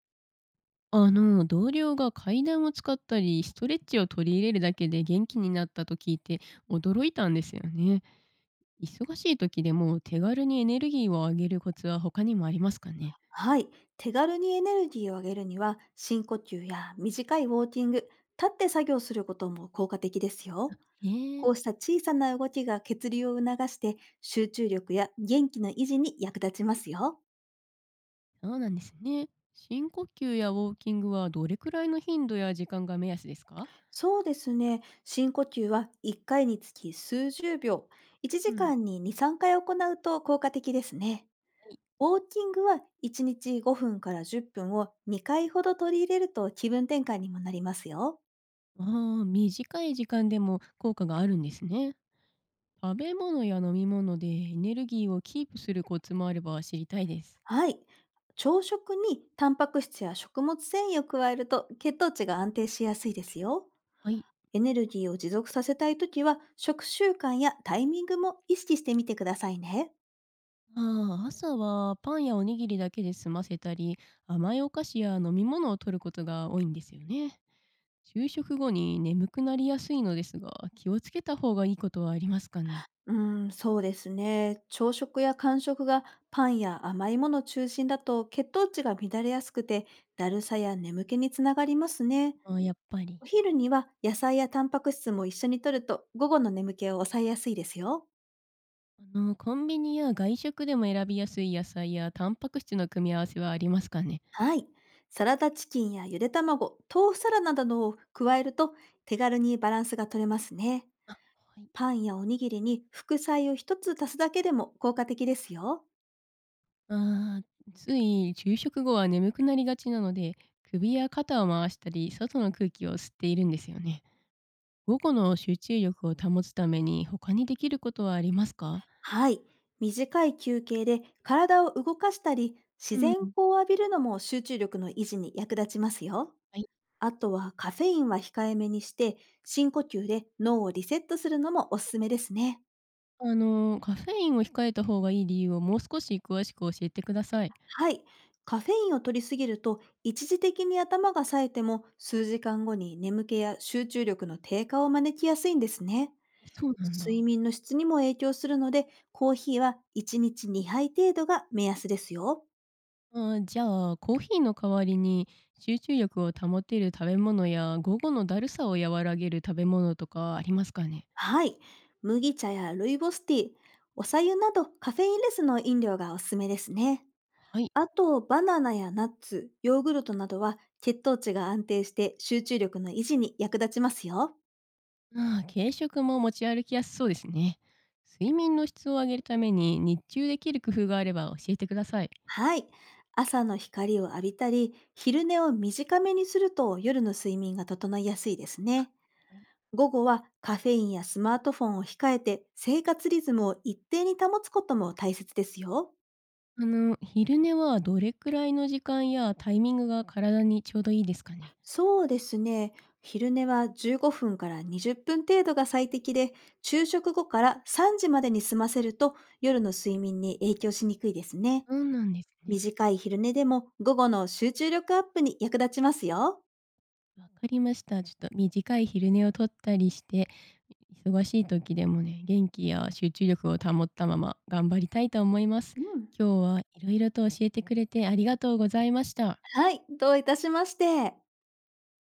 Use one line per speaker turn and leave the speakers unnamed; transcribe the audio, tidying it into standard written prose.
同僚が階段を使ったり、ストレッチを取り入れるだけで元気になったと聞いて驚いたんですよね。忙しい時でも手軽にエネルギーを上げるコツは他にもありますかね。
はい。手軽にエネルギーを上げるには、深呼吸や短いウォーキング、立って作業することも効果的ですよ。
ええ。
こうした小さな動きが血流を促して、集中力や元気の維持に役立ちますよ。
そうなんですね。深呼吸やウォーキングはどれくらいの頻度や時間が目安ですか。
そうですね。深呼吸は1回につき数十秒、1
うん。
時間に2、3回行うと効果的ですね。
はい。
ウォーキングは1日5分から10分を2回ほど取り入れると気分転換にもなりますよ。
ああ、短い時間でも効果があるんですね。食べ物や飲み物でエネルギーをキープするコツもあれば知りたいです。
はい。朝食にタンパク質や食物繊維を加えると血糖値が安定しやすいですよ。
はい。
エネルギーを持続させたいときは食習慣やタイミングも意識してみてくださいね。
ああ、朝はパンやおにぎりだけで済ませたり、甘いお菓子や飲み物を取ることが多いんですよね。昼食後に眠くなりやすいのですが、気をつけた方がいいことはありますかね。
そうですね。朝食や間食がパンや甘いもの中心だと血糖値が乱れやすくて、だるさや眠気につながりますね。
ああ、やっぱり。
お昼には野菜やタンパク質も一緒に摂ると午後の眠気を抑えやすいですよ。
コンビニや外食でも選びやすい野菜やタンパク質の組み合わせはありますかね。
はい。サラダチキンやゆで卵、豆腐サラダなどを加えると手軽にバランスが取れますね。
あ、はい。
パンやおにぎりに副菜を一つ足すだけでも効果的ですよ。
ああ、つい昼食後は眠くなりがちなので、首や肩を回したり、外の空気を吸っているんですよね。午後の集中力を保つために他にできることはありますか？
はい。短い休憩で体を動かしたり、
う
自
ん。
然光を浴びるのも集中力の維持に役立ちますよ。
はい。
あとはカフェインは控えめにして、深呼吸で脳をリセットするのもおすすめですね。
カフェインを控えた方がいい理由をもう少し詳しく教えてください。
はい。カフェインを摂りすぎると、一時的に頭が冴えても、数時間後に眠気や集中力の低下を招きやすいんですね。
そうなん
睡
だ。
眠の質にも影響するので、コーヒーは1日2杯程度が目安ですよ。
あー、じゃあ、コーヒーの代わりに集中力を保てる食べ物や、午後のだるさを和らげる食べ物とかありますかね？
はい。麦茶やルイボスティー、お茶湯などカフェインレスの飲料がおすすめですね。
はい。
あと、バナナやナッツ、ヨーグルトなどは血糖値が安定して集中力の維持に役立ちますよ。
ああ、軽食も持ち歩きやすそうですね。睡眠の質を上げるために、日中できる工夫があれば教えてください。
はい。朝の光を浴びたり、昼寝を短めにすると夜の睡眠が整いやすいですね。午後はカフェインやスマートフォンを控えて生活リズムを一定に保つことも大切ですよ。
昼寝はどれくらいの時間やタイミングが体にちょうどいいですかね？
そうですね。昼寝は15分から20分程度が最適で、昼食後から3時までに済ませると夜の睡眠に影響しにくいですね。
そうなんですね。
短い昼寝でも午後の集中力アップに役立ちますよ。
わかりました。ちょっと短い昼寝を取ったりして、忙しい時でもね、元気や集中力を保ったまま頑張りたいと思います。
うん。
今日は色々と教えてくれてありがとうございました。
はい、どういたしまして。